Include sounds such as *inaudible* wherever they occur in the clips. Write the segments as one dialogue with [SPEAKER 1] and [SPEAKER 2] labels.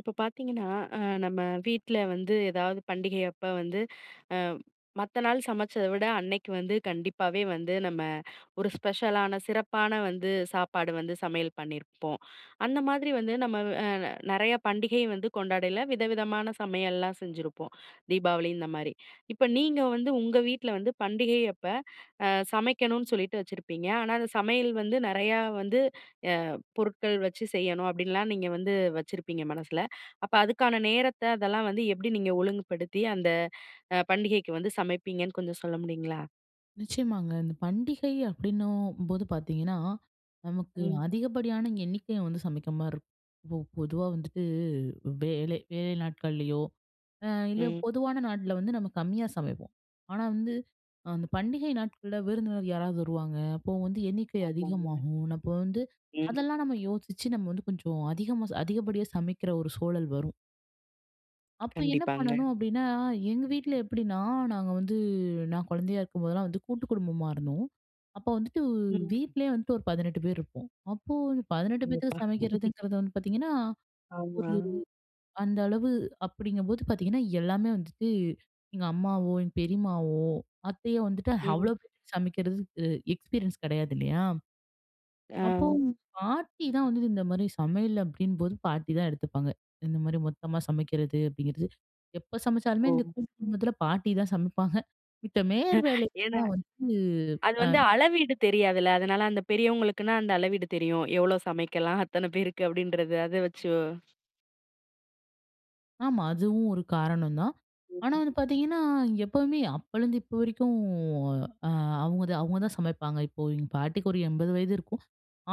[SPEAKER 1] இப்ப பார்த்தீங்கன்னா, அ நம்ம வீட்ல வந்து ஏதாவது பண்டிகை அப்ப வந்து, அ மத்த நாள் சமைச்சத விட அன்னைக்கு வந்து கண்டிப்பாவே வந்து நம்ம ஒரு ஸ்பெஷலான, சிறப்பான வந்து சாப்பாடு வந்து சமையல் பண்ணியிருப்போம். அந்த மாதிரி வந்து நம்ம அ நெறைய பண்டிகை வந்து கொண்டாடையில விதவிதமான சமையல்லாம் செஞ்சிருப்போம். தீபாவளி இந்த மாரி. இப்ப நீங்க வந்து உங்க வீட்ல வந்து பண்டிகை அப்ப சமைக்கணும்னு சொல்லிட்டு வச்சிருப்பீங்க. ஆனா அந்த சமையல் வந்து நெறையா வந்து அ பொருட்கள் வச்சு செய்யணும் அப்படின்லாம் நீங்க வந்து வச்சிருப்பீங்க மனசுல. அப்ப அதுக்கான நேரத்த அதெல்லாம் வந்து எப்படி நீங்க ஒழுங்குபடுத்தி அந்த பண்டிகைக்கு வந்து சமைப்பீங்கன்னு கொஞ்சம் சொல்ல முடியுங்களா?
[SPEAKER 2] நிச்சயமாங்க. இந்த பண்டிகை அப்படின்னும்போது பார்த்தீங்கன்னா, நமக்கு
[SPEAKER 1] ம்.
[SPEAKER 2] அதிகப்படியான எண்ணிக்கைய வந்து சமைக்கிற மாரி இருக்கும். இப்போ பொதுவா வந்துட்டு வேலை வேலை நாட்கள்லயோ, இல்ல
[SPEAKER 1] ம்.
[SPEAKER 2] பொதுவான நாட்ல வந்து நம்ம கம்மியா சமைப்போம். ஆனா வந்து அந்த பண்டிகை நாட்கள்ல விருந்தினர் யாராவது வருவாங்க. அப்போ வந்து எண்ணிக்கை
[SPEAKER 1] ஆமாங்க.
[SPEAKER 2] அதிகமாகும். அப்போ வந்து
[SPEAKER 1] ம்.
[SPEAKER 2] அதெல்லாம் நம்ம யோசிச்சு நம்ம வந்து கொஞ்சம் அதிகமா அதிகப்படியா சமைக்கிற ஒரு சூழல் வரும். அப்ப என்ன
[SPEAKER 1] கண்டிப்பாங்க.
[SPEAKER 2] பண்ணணும் அப்படின்னா, எங்க வீட்ல எப்படின்னா, நாங்க வந்து நான் குழந்தையா இருக்கும்போதெல்லாம் வந்து கூட்டு குடும்பமா இருந்தோம். அப்ப வந்துட்டு
[SPEAKER 1] ம்.
[SPEAKER 2] வீட்லயே வந்துட்டு ஒரு 18 பேர் இருப்போம். அப்போ 18
[SPEAKER 1] கண்டிப்பா.
[SPEAKER 2] பேத்துக்கு சமைக்கிறதுங்கிறது வந்து பார்த்தீங்கன்னா,
[SPEAKER 1] ஆமா.
[SPEAKER 2] ஒரு அந்த அளவு அப்படிங்கும்போது பார்த்தீங்கன்னா, எல்லாமே வந்துட்டு எங்க அம்மாவோ, எங்க பெரியம்மாவோ, அத்தையோ வந்துட்டு
[SPEAKER 1] ம்.
[SPEAKER 2] அவ்வளோ பேத்துக்கு சமைக்கிறது எக்ஸ்பீரியன்ஸ் கிடையாது இல்லையா?
[SPEAKER 1] ஆ.
[SPEAKER 2] அப்போ உங்க பாட்டி தான் வந்து இந்த மாரி சமையல் அப்படின்போது பாட்டி தான் எடுத்துப்பாங்க. இந்த மாரி மொத்தமா சமைக்கிறது அப்படிங்கிறது. எப்ப சமைச்சாலுமே
[SPEAKER 1] ஓ!
[SPEAKER 2] இந்த கூட்டு குடும்பத்துல பாட்டி தான் சமைப்பாங்க. மித்த மேர் வேலைகள்
[SPEAKER 1] ஏன்னா,
[SPEAKER 2] தான் வந்து
[SPEAKER 1] அது
[SPEAKER 2] அ
[SPEAKER 1] வந்து அளவீடு தெரியாதுல்ல. அதனால அந்த பெரியவங்களுக்குன்னா அந்த அளவீடு தெரியும். எவ்வளோ சமைக்கலாம், அத்தன பேருக்கு அப்படின்றது. அத வச்சு
[SPEAKER 2] ஆமா அதுவும் ஒரு காரணம் தான். ஆனா
[SPEAKER 1] ம்.
[SPEAKER 2] வந்து பாத்தீங்கன்னா, எப்பவுமே அப்பலேருந்து இப்போ வரைக்கும் அ அவங்க தான் சமைப்பாங்க. இப்போ எங்க பாட்டிக்கு ஒரு 80 வயது இருக்கும்.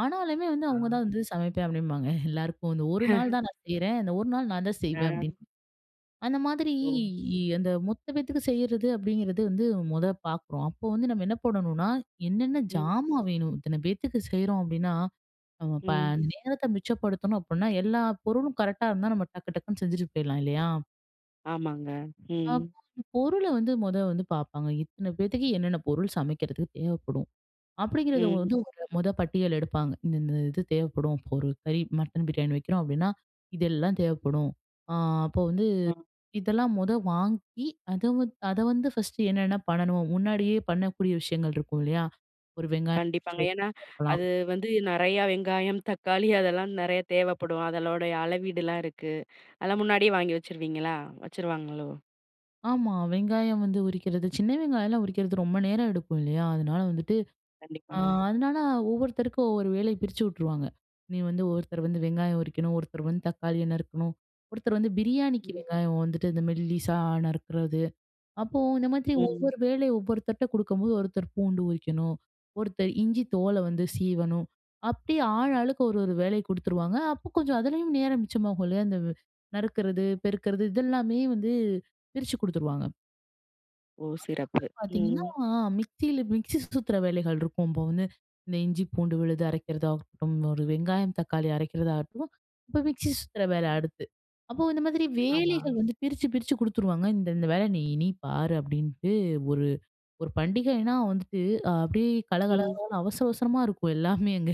[SPEAKER 2] ஆனாலுமே வந்து
[SPEAKER 1] ஆ.
[SPEAKER 2] அவங்க தான் வந்து சமைப்பேன் அப்படிம்பாங்க. எல்லாருக்கும் இந்த ஒரு நாள் தான் நான் செய்றேன். இந்த ஒரு நாள் நான் தான்
[SPEAKER 1] ஆ.
[SPEAKER 2] செய்வேன் அப்படின்னு. அந்த மாதிரி
[SPEAKER 1] ஓ!
[SPEAKER 2] அந்த மொத்த பேத்துக்கு செய்யறது அப்படிங்கிறது வந்து முத பாக்குறோம். அப்போ வந்து நம்ம என்ன பண்ணணும்னா, என்னென்ன
[SPEAKER 1] ம்.
[SPEAKER 2] ஜாமான் வேணும்? இத்தன பேத்துக்கு செய்றோம் அப்படின்னா, நம்ம ப
[SPEAKER 1] ம்.
[SPEAKER 2] அந்த நேரத்த மிச்சப்படுத்தணும் அப்படின்னா, எல்லா பொருளும் கரெக்ட்டா இருந்தா நம்ம டக்கு டக்குன்னு செஞ்சுட்டு போயிடலாம் இல்லையா?
[SPEAKER 1] ஆமாங்க. ம்.
[SPEAKER 2] அப்போ அந்த பொருள வந்து மொத வந்து பாப்பாங்க. இத்தன பேத்துக்கு என்னென்ன பொருள் சமைக்கிறதுக்கு தேவைப்படும்? அப்படிங்கிறத
[SPEAKER 1] ம்.
[SPEAKER 2] வந்து ஒரு மொத பட்டியல் எடுப்பாங்க. இந்த இந்த இது தேவைப்படும். இப்போ ஒரு கறி மட்டன் பிரியாணி வைக்கிறோம் அப்படின்னா, இதெல்லாம் தேவைப்படும். ஆ அப்போ வந்து
[SPEAKER 1] ஆ.
[SPEAKER 2] இதெல்லாம் மொத வாங்கி, அத வந்து ஃபர்ஸ்ட்டு என்னென்ன பண்ணணுமோ, முன்னாடியே பண்ணக்கூடிய விஷயங்கள் இருக்கும் இல்லையா? ஒரு வெங்காயம் உரிச்சு
[SPEAKER 1] கண்டிப்பாங்க. ஏன்னா,
[SPEAKER 2] வைக்கிறதா இருக்கலாம்.
[SPEAKER 1] அது வந்து நெறையா வெங்காயம், தக்காளி அதெல்லாம் நெறைய தேவைப்படும். அதனுடைய அளவீடுலாம் இருக்கு. அதெல்லாம் முன்னாடியே வாங்கி வச்சுருவீங்களா? வச்சுருவாங்களோ?
[SPEAKER 2] ஆமா. வெங்காயம் வந்து உரிக்கிறது, சின்ன வெங்காயம்லாம் உரிக்கிறது ரொம்ப நேரம் எடுக்கும் இல்லையா? அதனால வந்துட்டு ஆ
[SPEAKER 1] கண்டிப்பாங்க.
[SPEAKER 2] அதனால ஒவ்வொருத்தருக்கு ஒவ்வொரு வேலைய பிரிச்சு விட்டுருவாங்க. நீ வந்து ஒருத்தர் வந்து வெங்காயம் உரிக்கணும், ஒருத்தர் வந்து தக்காளிய நறுக்கணும், ஒருத்தர் வந்து பிரியாணிக்கு
[SPEAKER 1] ம்.
[SPEAKER 2] வெங்காயம் வந்துட்டு இந்த மெல்லிசா நறுக்குறது. அப்போ இந்த மாதிரி
[SPEAKER 1] ம்.
[SPEAKER 2] ஒவ்வொரு வேலை ஒவ்வொருத்தர்ட்ட குடுக்கும்போது, ஒருத்தர் பூண்டு உரிக்கணும், ஒருத்தர் இஞ்சி தோல வந்து சீவணும். அப்படி ஆள் ஆளுக்கு ஒரு ஒரு வேலை குடுத்துருவாங்க. அப்போ கொஞ்சம் அதுலயும் நேரம் மிச்சமாகும் இல்லையா? அந்த நறுக்குறது, பெருக்குறது இதெல்லாமே வந்து குடுத்துருவாங்க.
[SPEAKER 1] ஓ! சிறப்பு.
[SPEAKER 2] அதுக்கப்புறம்
[SPEAKER 1] ம்.
[SPEAKER 2] பார்த்தீங்கன்னா, மிக்ஸியில மிக்ஸி சுத்துற வேலைகள் இருக்கும். இப்போ வந்து இந்த இஞ்சி, பூண்டு விழுது அரைக்கிறதாகட்டும், ஒரு வெங்காயம், தக்காளி அரைக்கிறதாகட்டும், இப்போ மிக்ஸி சுத்துற வேலை அடுத்து. அப்போ இந்த மாதிரி
[SPEAKER 1] ஆமா.
[SPEAKER 2] வேலைகள் வந்து பிரிச்சு குடுத்துருவாங்க. இந்த வேலை நீ பாரு அப்படின்ட்டு ஒரு ஒரு பண்டிகைன்னா வந்துட்டு அப்படியே
[SPEAKER 1] ம்.
[SPEAKER 2] கலகலன்னு அவசர அவசரமா இருக்கும் எல்லாமே அங்க.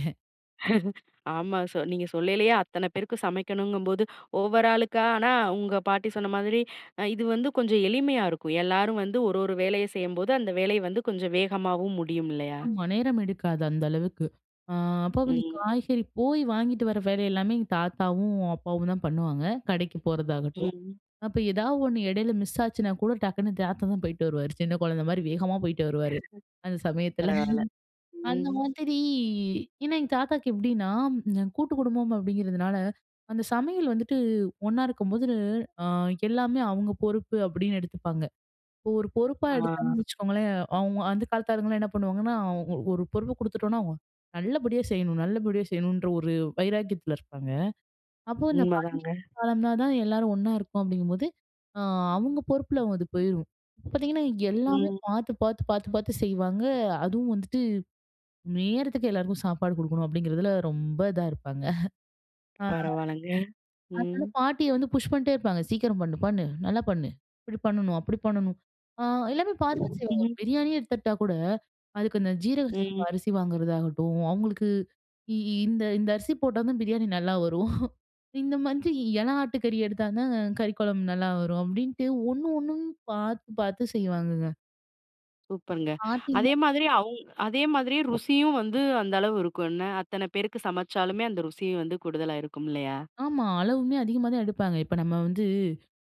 [SPEAKER 1] ஆமா. நீங்க சொல்லயிலயே அத்தன பேருக்கு சமைக்கணுங்கும்போது, ஒவ்வொரு ஆளுக்கா ஆனா உங்க பாட்டி சொன்ன மாதிரி, இது வந்து கொஞ்சம் எளிமையா இருக்கும். எல்லாரும் வந்து ஒரு ஒரு வேலைய செய்யும்போது, அந்த வேலை வந்து கொஞ்சம் வேகமாவும் முடியும் இல்லயா?
[SPEAKER 2] ஆமா, நேரம் எடுக்காது அந்த அளவுக்கு. ஆ அப்போ வந்து
[SPEAKER 1] ம்.
[SPEAKER 2] காய்கறி போய் வாங்கிட்டு வர வேலை எல்லாமே எங்க தாத்தாவும், அப்பாவும் தான் பண்ணுவாங்க. கடைக்கு போறதாகட்டும்.
[SPEAKER 1] ம்.
[SPEAKER 2] அப்ப ஏதாவது ஒண்ணு இடையில மிஸ் ஆச்சுன்னா கூட டக்குன்னு தாத்தா தான் போயிட்டு வருவாரு. சின்ன குழந்தை மாரி வேகமா போயிட்டு வருவாரு. அந்த சமயத்துல.
[SPEAKER 1] பரவால்ல.
[SPEAKER 2] அந்த
[SPEAKER 1] ம்.
[SPEAKER 2] மாதிரி ஏன்னா எங்க தாத்தாக்கு எப்படின்னா, கூட்டு குடும்பம் அப்படிங்கிறதுனால, அந்த சமையல் வந்துட்டு ஒண்ணா இருக்கும்போது அ எல்லாமே அவங்க பொறுப்பு அப்படின்னு எடுத்துப்பாங்க. இப்போ ஒரு பொறுப்பா எடுத்தாங்கன்னு
[SPEAKER 1] ஆ.
[SPEAKER 2] வச்சுக்கோங்களேன், அவங்க அந்த காலத்து ஆளுங்கலாம் என்ன பண்ணுவாங்கன்னா, அவங்க ஒரு பொறுப்பு குடுத்துட்டோம்னா அவங்க நல்லபடியா செய்யணும், நல்லபடியா செய்யணுன்ற ஒரு வைராக்கியத்துல இருப்பாங்க. அப்போ இந்த பண்டிகை
[SPEAKER 1] உண்மதாங்க.
[SPEAKER 2] காலம்னா தான் எல்லாரும் ஒண்ணா இருக்கும் அப்படிங்கும்போது, அ அவங்க பொறுப்புல அது போயிரும். இப்ப பார்த்தீங்கன்னா, எல்லாமே
[SPEAKER 1] ம்.
[SPEAKER 2] பார்த்து செய்வாங்க. அதுவும் வந்துட்டு நேரத்துக்கு எல்லாருக்கும் சாப்பாடு குடுக்கணும் அப்படிங்கிறதுல ரொம்ப இதா இருப்பாங்க.
[SPEAKER 1] பரவால்லங்க.
[SPEAKER 2] அதனால
[SPEAKER 1] ம்.
[SPEAKER 2] பாட்டிய வந்து புஷ் பண்ணிட்டே இருப்பாங்க. "சீக்கிரம் பண்ணு. நல்லா பண்ணு. இப்படி பண்ணணும், அப்படி பண்ணணும்." ஆ எல்லாமே பார்த்து பார்த்து செய்வாங்க.
[SPEAKER 1] ம்ஹ்ம்.
[SPEAKER 2] ஒரு பிரியாணியே எடுத்துக்கிட்டா கூட, அதுக்கு அந்த ஜீரக சம்பா
[SPEAKER 1] ம்.
[SPEAKER 2] அரிசி வாங்குறதாகட்டும், அவங்களுக்கு இ இ- இந்த இந்த அரிசி போட்டா தான் பிரியாணி நல்லா வரும். இந்த மாதிரி இளா ஆட்டுக்கறி எடுத்தா தான் கறி குழம்பு நல்லா வரும். அப்படின்ட்டு ஒண்ணு ஒண்ணும் பார்த்து பார்த்து செய்வாங்கங்க.
[SPEAKER 1] சூப்பருங்க.
[SPEAKER 2] பாட்டி
[SPEAKER 1] அதே மாதிரி அதே மாதிரி ருசியும் வந்து அந்த அளவு இருக்கும் என்ன? அத்தன பேருக்கு சமைச்சாலுமே அந்த ருசி வந்து கூடுதலா இருக்கும் இல்லையா?
[SPEAKER 2] ஆமா. அளவுமே அதிகமா தான் எடுப்பாங்க. இப்ப நம்ம வந்து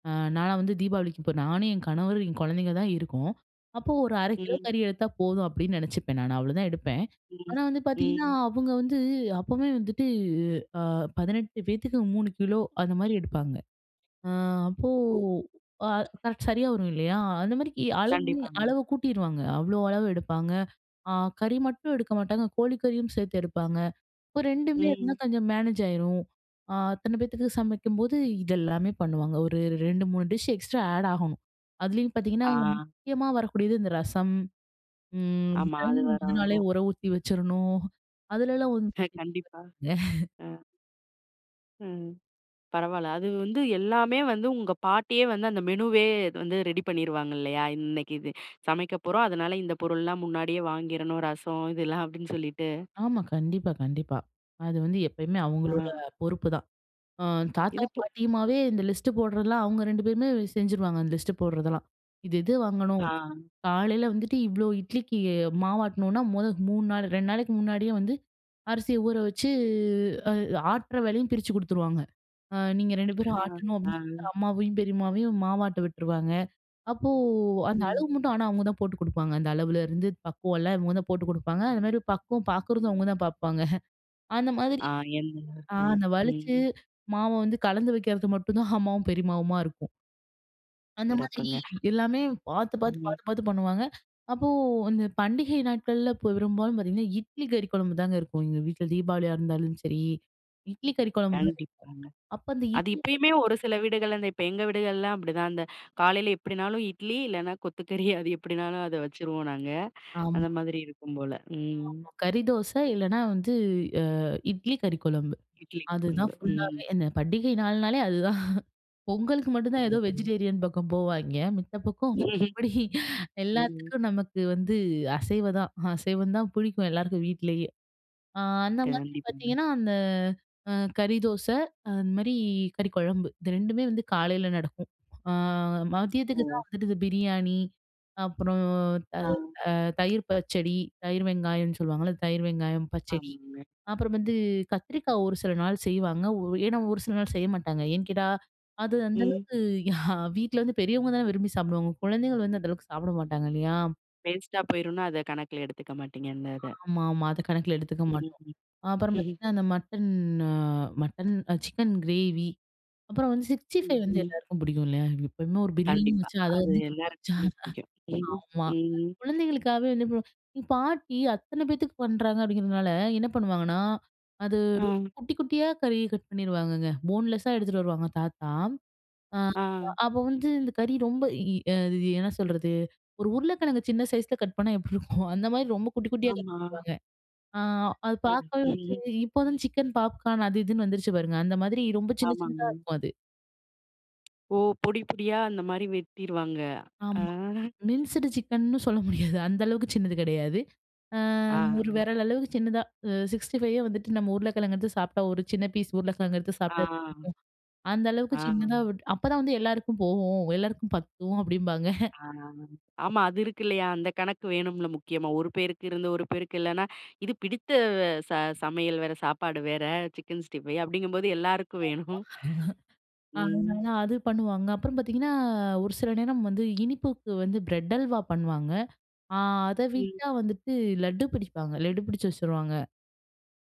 [SPEAKER 2] நான்லாம் வந்து தீபாவளிக்கு இப்ப நானும், என் கணவர், என் குழந்தைங்க தான் இருக்கோம். அப்போ ஒரு 1/2 கிலோ
[SPEAKER 1] ம்.
[SPEAKER 2] கறி எடுத்தா போதும் அப்படின்னு நினைச்சுப்பேன் நானு. அவ்வளோதான் எடுப்பேன்.
[SPEAKER 1] ம்.
[SPEAKER 2] ஆனா வந்து பார்த்தீங்கன்னா,
[SPEAKER 1] ம்.
[SPEAKER 2] அவங்க வந்து அப்பவே வந்துட்டு அ 18 பேத்துக்கு 3 கிலோ அந்த மாரி எடுப்பாங்க. அ அப்போ
[SPEAKER 1] ம்.
[SPEAKER 2] அ கரெக்ட் சரியா வரும் இல்லையா? அந்த மாரி அளவுமே
[SPEAKER 1] கண்டிப்பாங்க.
[SPEAKER 2] அளவ கூட்டிருவாங்க. அவ்வளோ அளவு எடுப்பாங்க. அ கறி மட்டும் எடுக்க மாட்டாங்க. கோழிக்கறியும் சேர்த்து எடுப்பாங்க. ஒரு 2மே இருந்தா
[SPEAKER 1] ம்.
[SPEAKER 2] கொஞ்சம் மேனேஜ் ஆயிரும். அத்தன பேத்துக்கு சமைக்கும்போது இதெல்லாமே பண்ணுவாங்க. ஒரு 2, 3 டிஷ் எக்ஸ்ட்ரா ஆட் ஆகணும். அதுலயும் பார்த்தீங்கன்னா,
[SPEAKER 1] ஆ.
[SPEAKER 2] முக்கியமா வரக்கூடியது இந்த ரசம், ம்
[SPEAKER 1] ஆமா.
[SPEAKER 2] தயிர்
[SPEAKER 1] அது
[SPEAKER 2] முத நாளே
[SPEAKER 1] வரணும்.
[SPEAKER 2] ஊற ஊத்தி வச்சிரணும். அதுலலாம் ஒண்ணும்
[SPEAKER 1] கண்டிப்பா.
[SPEAKER 2] தெரியலங்க.
[SPEAKER 1] அ. ம். பரவால்ல. அது வந்து எல்லாமே வந்து உங்க பாட்டியே வந்து அந்த மெனுவே வந்து ரெடி பண்ணிருவாங்க இல்லையா? "இன்னைக்கு இது சமைக்க போறோம். அதனால இந்த பொருள்லாம் முன்னாடியே வாங்கிரணும். ரசம் இதெல்லாம்" அப்படின்னு சொல்லிட்டு.
[SPEAKER 2] ஆமா. கண்டிப்பா, கண்டிப்பா. அது வந்து எப்பயுமே
[SPEAKER 1] ஆ.
[SPEAKER 2] அவங்களோட பொறுப்பு தான். அ
[SPEAKER 1] இது
[SPEAKER 2] தாத்தாவும்,
[SPEAKER 1] போ
[SPEAKER 2] பாட்டியுமாவே இந்த லிஸ்ட் போடுறதெல்லாம் அவங்க 2 பேருமே செஞ்சுருவாங்க. அந்த லிஸ்ட் போடுறதெல்லாம். இது இது வாங்கணும்.
[SPEAKER 1] ஆ,
[SPEAKER 2] காலையில வந்துட்டு இவ்ளோ இட்லிக்கு மாவாட்டணும்னா, மொத 3 நாள் 2 நாளைக்கு முன்னாடியே வந்து அரிசிய ஊற வச்சு, அ ஆட்டுற வேலையும் பிரிச்சு குடுத்துருவாங்க. நீங்க 2 பேரும்
[SPEAKER 1] ஆ,
[SPEAKER 2] ஆட்டணும்
[SPEAKER 1] ஆ,
[SPEAKER 2] அப்படின்னு சொல்லிட்டு அம்மாவையும், பெரியம்மாவையும் மாவாட்ட விட்டுருவாங்க. அப்போ அந்த
[SPEAKER 1] ம்.
[SPEAKER 2] அளவு மட்டும் ஆனா அவங்க தான் போட்டு குடுப்பாங்க. அந்த அளவுல இருந்து பக்குவம்லாம் இவங்க தான் போட்டு குடுப்பாங்க. அது மாரி பக்குவம் பார்க்குறதும் அவங்க தான் பார்ப்பாங்க. அந்த மாதிரி
[SPEAKER 1] ஆ எந்த அளவுக்குன்னு.
[SPEAKER 2] அந்த வலிச்சு
[SPEAKER 1] ம்.
[SPEAKER 2] மாவ வந்து கலந்து வைக்கிறது மட்டும் தான் அம்மாவும், பெரியம்மாவுமா இருக்கும். அந்த மாதிரி
[SPEAKER 1] சிறப்புங்க.
[SPEAKER 2] எல்லாமே
[SPEAKER 1] ம்.
[SPEAKER 2] பார்த்து பண்ணுவாங்க. அப்போ இந்த பண்டிகை நாட்கள்ல இப்போ பெரும்பாலும் பார்த்தீங்கன்னா, இட்லி கறி குழம்பு தாங்க இருக்கும். எங்க வீட்ல தீபாவளியா இருந்தாலும் சரி, இட்லி கறி குழம்பு தான்.
[SPEAKER 1] கண்டிப்பாங்க.
[SPEAKER 2] அப்ப அந்த
[SPEAKER 1] அது
[SPEAKER 2] இட்லி
[SPEAKER 1] இப்பயுமே ஒரு சில வீடுகள்ல இந்த இப்ப எங்க வீடுகள்லாம் அப்படிதான். அந்த காலையில எப்படினாலும் இட்லி, இல்லன்னா கொத்துக்கறி அது எப்படினாலும் அத வச்சுருவோம் நாங்க.
[SPEAKER 2] ஆமா,
[SPEAKER 1] அந்த மாதிரி இருக்கும் போல. ம்.
[SPEAKER 2] ஆமா. கறி தோசை இல்லன்னா வந்து அ இட்லி கறி குழம்பு.
[SPEAKER 1] இட்லி
[SPEAKER 2] அதுதான்
[SPEAKER 1] குழம்பு. ம்.
[SPEAKER 2] ஃபுல்லாவே இந்த பண்டிகை நாள்னாலே அதுதான். பொங்கலுக்கு மட்டும் தான் ஏதோ
[SPEAKER 1] சிறப்புங்க.
[SPEAKER 2] வெஜிடேரியன் பக்கம் போவாய்ங்க. மித்த பக்கம் மத்தபடி
[SPEAKER 1] ம்.
[SPEAKER 2] எல்லாத்துக்கும் நமக்கு வந்து அசைவ தான். அசைவம் தான் பிடிக்கும் எல்லாருக்கும் வீட்லயே. ஆ அந்த மாதிரி
[SPEAKER 1] கண்டிப்பாங்க.
[SPEAKER 2] பார்த்தீங்கன்னா, அந்த கறி தோசை, அந்த மாரி கறி குழம்பு. இது 2மே வந்து காலையில நடக்கும். ஆ மதியத்துக்கு
[SPEAKER 1] ஓ!
[SPEAKER 2] தான் வந்துட்டு இந்த பிரியாணி, அப்புறம் த
[SPEAKER 1] ஆ,
[SPEAKER 2] தயிர் பச்சடி, தயிர் வெங்காயம்னு சொல்லுவாங்கல்ல, தயிர் வெங்காயம் பச்சடி.
[SPEAKER 1] ஆமாங்க.
[SPEAKER 2] அப்புறம் வந்து கத்திரிக்காய் ஒரு சில நாள் செய்வாங்க. ஏன்னா ஒரு சில நாள் செய்ய மாட்டாங்க. ஏன்னு கேட்டா, அது அந்த
[SPEAKER 1] ம்.
[SPEAKER 2] அளவுக்கு வீட்ல வந்து பெரியவங்க தானே விரும்பி சாப்பிடுவாங்க. குழந்தைகள் வந்து அந்த அளவுக்கு சாப்பிட மாட்டாங்க இல்லையா?
[SPEAKER 1] வேஸ்ட்டா போயிரும்னா அத கணக்குல எடுத்துக்க மாட்டீங்க அந்த இத.
[SPEAKER 2] ஆமா. அத கணக்குல எடுத்துக்க
[SPEAKER 1] ம்.
[SPEAKER 2] மாட்டோம். அப்புறம்
[SPEAKER 1] ம்.
[SPEAKER 2] பார்த்தீங்கன்னா, அந்த மட்டன் அ மட்டன் சிக்கன் கிரேவி, அப்புறம் வந்து
[SPEAKER 1] ம்,
[SPEAKER 2] 65 வந்து
[SPEAKER 1] ம்.
[SPEAKER 2] எல்லாருக்கும் பிடிக்கும் இல்லையா? எப்பயுமே ஒரு பிரியாணி
[SPEAKER 1] கண்டிப்பா.
[SPEAKER 2] வச்சா, அத
[SPEAKER 1] அது
[SPEAKER 2] வந்து கொஞ்சம் வச்சா
[SPEAKER 1] எல்லாருக்குமே
[SPEAKER 2] *laughs*
[SPEAKER 1] பிடிக்கும். ம்,
[SPEAKER 2] ஆமா.
[SPEAKER 1] ம்.
[SPEAKER 2] குழந்தைகளுக்காகவே வந்து இப்போ எங்க பாட்டி அத்தன பேத்துக்கு பண்றாங்க அப்படிங்கிறதுனால, என்ன பண்ணுவாங்கன்னா, அது
[SPEAKER 1] ஆ,
[SPEAKER 2] ரொம்ப குட்டி குட்டியா கறி கட் பண்ணிருவாங்கங்க. போன்லெஸ்ஸா எடுத்துட்டு வருவாங்க தாத்தா. அ
[SPEAKER 1] ஆ,
[SPEAKER 2] அப்ப வந்து இந்த கறி ரொம்ப இ அ இது என்ன சொல்றது? ஒரு உருளைக்கிழங்கு சின்ன சைஸ்ல கட் பண்ணா எப்படி இருக்கும்? அந்த மாரி ரொம்ப குட்டி குட்டியா கட்
[SPEAKER 1] ஆமா.
[SPEAKER 2] பண்ணிருவாங்க. ஆ அது
[SPEAKER 1] பாரு
[SPEAKER 2] பார்க்கவே வந்து
[SPEAKER 1] ம்,
[SPEAKER 2] இப்போ தான் சிக்கன் பாப்கார்ன் அது இதுன்னு வந்துருச்சு பாருங்க. அந்த மாதிரி ரொம்ப சின்ன
[SPEAKER 1] ஆமாங்க.
[SPEAKER 2] சின்னதா இருக்கும் அது.
[SPEAKER 1] ஓ! பொடி பொடியா அந்த மாரி வெட்டிருவாங்க. ஆ,
[SPEAKER 2] ஆமா. மின்ஸ்டு சிக்கன்னு சொல்ல முடியாது. அந்த அளவுக்கு சின்னது கிடையாது. ஆ
[SPEAKER 1] ஆ,
[SPEAKER 2] ஒரு விரல் அளவுக்கு சின்னதா 65ஏ வந்துட்டு நம்ம உருளைக்கிழங்கு எடுத்து சாப்பிட்டா ஒரு சின்ன பீஸ் உருளைக்கிழங்கு எடுத்து
[SPEAKER 1] ஆ,
[SPEAKER 2] சாப்பிட்டா எப்படி இருக்கும். அந்த அளவுக்கு
[SPEAKER 1] ஆ,
[SPEAKER 2] சின்னதா அப்பதான் வந்து எல்லாருக்கும் போகும். எல்லாருக்கும் பத்தும் அப்டிம்பாங்க.
[SPEAKER 1] ஆ. ஆமா, அது இருக்கு இல்லையா? அந்த கணக்கு வேணும்ல முக்கியமா. ஒரு பேருக்கு இருந்து ஒரு பேருக்கு இல்லன்னா, இது பிடித்த ச சமையல் வேற, சாப்பாடு வேற, சிக்கன் ஸ்டீம் ஃப்ரை அப்படிங்கும்போது எல்லாருக்கும் வேணும். ம்,
[SPEAKER 2] அதனால அது பண்ணுவாங்க. அப்புறம் பார்த்தீங்கன்னா, ஒரு சில நேரம் வந்து இனிப்புக்கு வந்து பிரெட் அல்வா பண்ணுவாங்க. ஆ அத
[SPEAKER 1] ம்.
[SPEAKER 2] விட்டா வந்துட்டு லட்டு பிடிப்பாங்க. லட்டு பிடிச்சு வச்சுருவாங்க.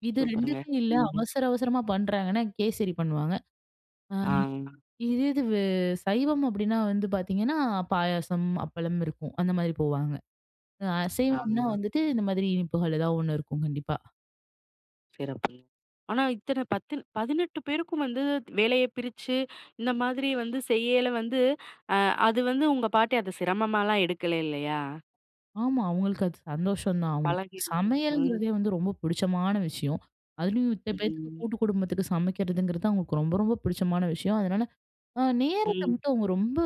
[SPEAKER 2] இது
[SPEAKER 1] சூப்பருங்க.
[SPEAKER 2] 2மே இல்ல.
[SPEAKER 1] ம்.
[SPEAKER 2] அவசர அவசரமா பண்றாங்கன்னா, கேசரி பண்ணுவாங்க. அ
[SPEAKER 1] ஆ,
[SPEAKER 2] இதே இது வே சைவம் அப்டின்னா வந்து பாத்தீங்கன்னா, பாயாசம், அப்பளம் இருக்கும். அந்த மாதிரி போவாங்க.
[SPEAKER 1] ஆ.
[SPEAKER 2] அசைவம்னா வந்துட்டு இந்த மாதிரி இனிப்புகள் ஏதாவது ஒண்ணு இருக்கும் கண்டிப்பா.
[SPEAKER 1] சிறப்புங்க. ஆனா இத்தன 10 18 பேருக்கும் வந்து வேலைய பிரிச்சு, இந்த மாதிரி வந்து செய்யல வந்து, அ அது வந்து உங்க பாட்டி அத சிரமமாலாம் எடுக்கல இல்லையா?
[SPEAKER 2] ஆமா, அவங்களுக்கு அது சந்தோஷம் தான். அவங்களுக்கு
[SPEAKER 1] பழகிடுது. ம்,
[SPEAKER 2] சமையல்ங்கிறதே வந்து ரொம்ப பிடிச்சமான விஷயம். அதுலயும் இத்தன பேத்துக்கு
[SPEAKER 1] ம்,
[SPEAKER 2] கூட்டு குடும்பத்துக்கு சமைக்கிறதுங்கிறது அவங்களுக்கு ரொம்ப ரொம்ப பிடிச்சமான விஷயம். அதனால நேரத்த
[SPEAKER 1] ம்.
[SPEAKER 2] மட்டும் அவங்க ரொம்ப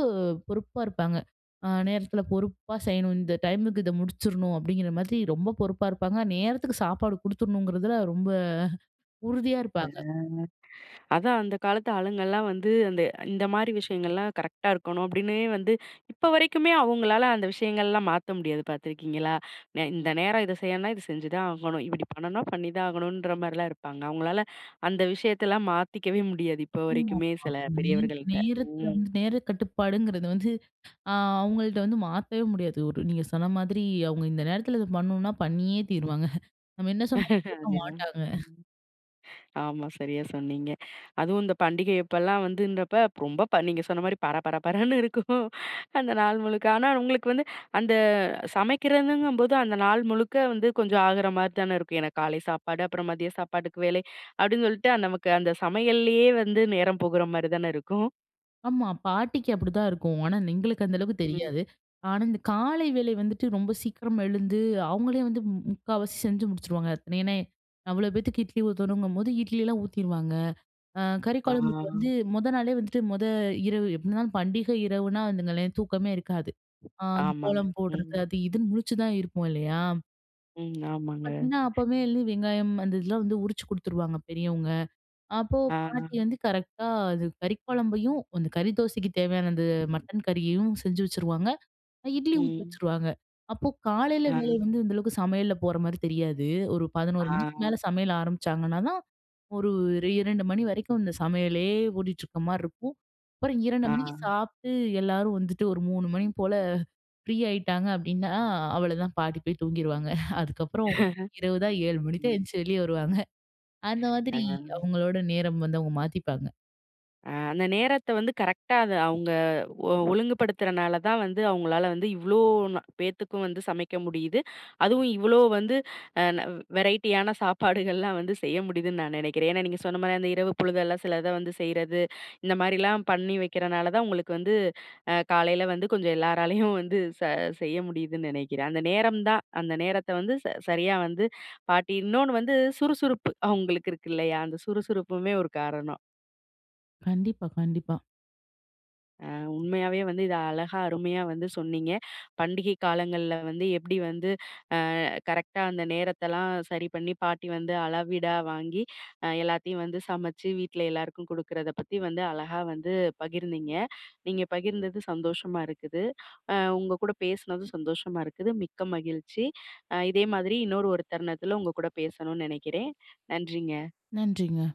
[SPEAKER 2] பொறுப்பா இருப்பாங்க. நேரத்துல பொறுப்பா செய்யணும். இந்த டைமுக்கு இத முடிச்சிரணும் அப்படிங்கிற மாதிரி ரொம்ப பொறுப்பா இருப்பாங்க. நேரத்துக்கு சாப்பாடு குடுத்துரணுங்கிறதுல ரொம்ப உறுதியா இருப்பாங்க.
[SPEAKER 1] ச அதான் அந்த காலத்து ஆளுங்கலாம் வந்து, அந்த இந்த மாரி விஷயங்கள்லாம் கரெக்ட்டா இருக்கணும் அப்டின்னே வந்து இப்ப வரைக்குமே அவங்களால அந்த விஷயங்கள்லாம் மாத்த முடியாது பார்த்துருக்கீங்களா? இந்த நேரம் இத செய்யணும்னா, இது செஞ்சு தான் ஆகணும். இப்டி பண்ணணும்னா, பண்ணி தான் ஆகணுன்ற மாரிலாம் இருப்பாங்க. அவங்களால அந்த விஷயத்தலாம் மாத்திக்கவே முடியாது இப்ப
[SPEAKER 2] ஆமா,
[SPEAKER 1] வரைக்குமே
[SPEAKER 2] ஆமா.
[SPEAKER 1] சில
[SPEAKER 2] நேர
[SPEAKER 1] பெரியவர்கள்ட்ட.
[SPEAKER 2] நேரத்துல
[SPEAKER 1] ம்.
[SPEAKER 2] வந்து நேர கட்டுப்பாடுங்கிறது வந்து ஆ அவங்கள்ட்ட வந்து மாத்தவே முடியாது. ஒரு நீங்க சொன்ன மாதிரி அவங்க இந்த நேரத்துல இத பண்ணணும்னா பண்ணியே தீருவாங்க. நம்ம என்ன சொன்னாலும்
[SPEAKER 1] *laughs*
[SPEAKER 2] கேட்க
[SPEAKER 1] அதேதான்.
[SPEAKER 2] மாட்டாங்க.
[SPEAKER 1] ம். ஆமா. சரியா சொன்னீங்க. அதுவும் இந்த பண்டிகை அப்பலாம் வந்துன்றப்ப ரொம்ப நீங்க சொன்ன மாரி பர பர பரன்னு இருக்கும். அந்த நாள் முழுக்க. ஆனா உங்களுக்கு வந்து அந்த சமைக்கிறதுங்கும்போது அந்த நாள் முழுக்க வந்து கொஞ்சம் ஆகுற மாரி தானே இருக்கும். ஏன்னா காலை சாப்பாடு, அப்புறம் மதிய சாப்பாட்டுக்கு வேலை அப்படின்னு சொல்லிட்டு அந்த நமக்கு அந்த சமையல்லயே வந்து நேரம் போகுற மாரி தானே இருக்கும்.
[SPEAKER 2] ஆமா. பாட்டிக்கு அப்படிதான் இருக்கும். ஆனா எங்களுக்கு அந்த அளவுக்கு
[SPEAKER 1] ம்.
[SPEAKER 2] தெரியாது. ஆனா இந்த காலை வேளை வந்துட்டு ரொம்ப சீக்கிரம் எழுந்து, அவங்களே வந்து முக்காவாசி செஞ்சு முடிச்சுருவாங்க. ஏன்னா அவ்வளோ பேத்துக்கு இட்லி ஊத்தணுங்கும்போது இட்லிலாம் ஊத்திருவாங்க. கறி
[SPEAKER 1] ஆ.
[SPEAKER 2] குழம்புக்கு வந்து மொத நாளே வந்துட்டு மொத இரவு எப்படி இருந்தாலும் பண்டிகை இரவுனா வந்துங்களேன் தூக்கமே இருக்காது. அது
[SPEAKER 1] ஆமாங்க.
[SPEAKER 2] கோலம்
[SPEAKER 1] ம்.
[SPEAKER 2] போடுறது அது இதுன்னு முழிச்சு தான் இருப்போம் இல்லையா?
[SPEAKER 1] ம். ஆமாங்க.
[SPEAKER 2] பாத்தீங்கன்னா அப்பவே வந்து வெங்காயம் அந்த இதெல்லாம் வந்து உரிச்சு குடுத்துருவாங்க பெரியவங்க. அப்போ பாட்டி
[SPEAKER 1] ஆ.
[SPEAKER 2] வந்து கரெக்ட்டா அது கறி குழம்பையும், அந்த கறி தோசைக்கு தேவையான அந்த மட்டன் கறியையும் செஞ்சு வச்சுருவாங்க. இட்லி ஊத்தி
[SPEAKER 1] ம்.
[SPEAKER 2] வச்சுருவாங்க. அப்போ காலையில
[SPEAKER 1] ஆ.
[SPEAKER 2] வேலை வந்து இந்த அளவுக்கு சமையல்ல போற மாரி தெரியாது. ஒரு
[SPEAKER 1] ஆ.
[SPEAKER 2] 11 மணிக்கு மேல சமையல் ஆரம்பிச்சாங்கன்னா தான், ஒரு 2 மணி வரைக்கும் இந்த சமையலே ஓடிட்டுருக்க மாரி இருக்கும். அப்புறம் 2
[SPEAKER 1] ஆ.
[SPEAKER 2] மணிக்கு சாப்ட்டு எல்லாரும் வந்துட்டு ஒரு 3 மணி போல ஃப்ரீ ஆயிட்டாங்க அப்டின்னா, அவ்வளதான் பாட்டி போய் தூங்கிருவாங்க. அதுக்கப்புறம் இரவு தான் 7 மணி தான்
[SPEAKER 1] ம்.
[SPEAKER 2] எந்திச்சு வெளிய வருவாங்க. அந்த
[SPEAKER 1] ஆ.
[SPEAKER 2] மாதிரி அவங்களோட நேரம் வந்து அவங்க மாத்திப்பாங்க.
[SPEAKER 1] அந்த நேரத்த வந்து கரெக்ட்டா அது அவங்க ஒழுங்குபடுத்துறனால தான் வந்து அவங்களால வந்து இவ்ளோ பேத்துக்கும் வந்து சமைக்க முடியுது. அதுவும் இவ்ளோ வந்து அ ந வெரைட்டியான சாப்பாடுகள்லாம் வந்து செய்ய முடியுதுன்னு நான் நினைக்கிறேன். ஏன்னா, நீங்க சொன்ன மாரி அந்த இரவு பொழுதெல்லாம் சிலத வந்து செய்றது, இந்த மாரிலாம் பண்ணி வைக்கிறனால தான் உங்களுக்கு வந்து காலையில வந்து கொஞ்சம் எல்லாராலயும் வந்து செய்ய முடியுதுன்னு நினைக்கிறேன். அந்த நேரம் தான் அந்த நேரத்த வந்து சரியா வந்து பாட்டி இன்னொன்னு வந்து சுறுசுறுப்பு அவங்களுக்கு இருக்கு இல்லையா? அந்த சுறுசுறுப்புமே ஒரு காரணம்.
[SPEAKER 2] கண்டிப்பா, கண்டிப்பா.
[SPEAKER 1] உண்மையாவே வந்து இத அழகா, அருமையா வந்து சொன்னீங்க. பண்டிகை காலங்கள்ல வந்து எப்படி வந்து கரெக்ட்டா அந்த நேரத்தெல்லாம் சரி பண்ணி, பாட்டி வந்து அளவீடா வாங்கி, எல்லாத்தையும் வந்து சமைச்சு வீட்ல எல்லாருக்கும் குடுக்குறத பத்தி வந்து அழகா வந்து பகிர்ந்தீங்க. நீங்க பகிர்ந்தது சந்தோஷமா இருக்குது. உங்க கூட பேசுனதும் சந்தோஷமா இருக்குது. மிக்க மகிழ்ச்சி. இதே மாதிரி இன்னொரு ஒரு தருணத்துல உங்க கூட பேசணும்னு நெனைக்கிறேன். நன்றிங்க.
[SPEAKER 2] நன்றிங்க.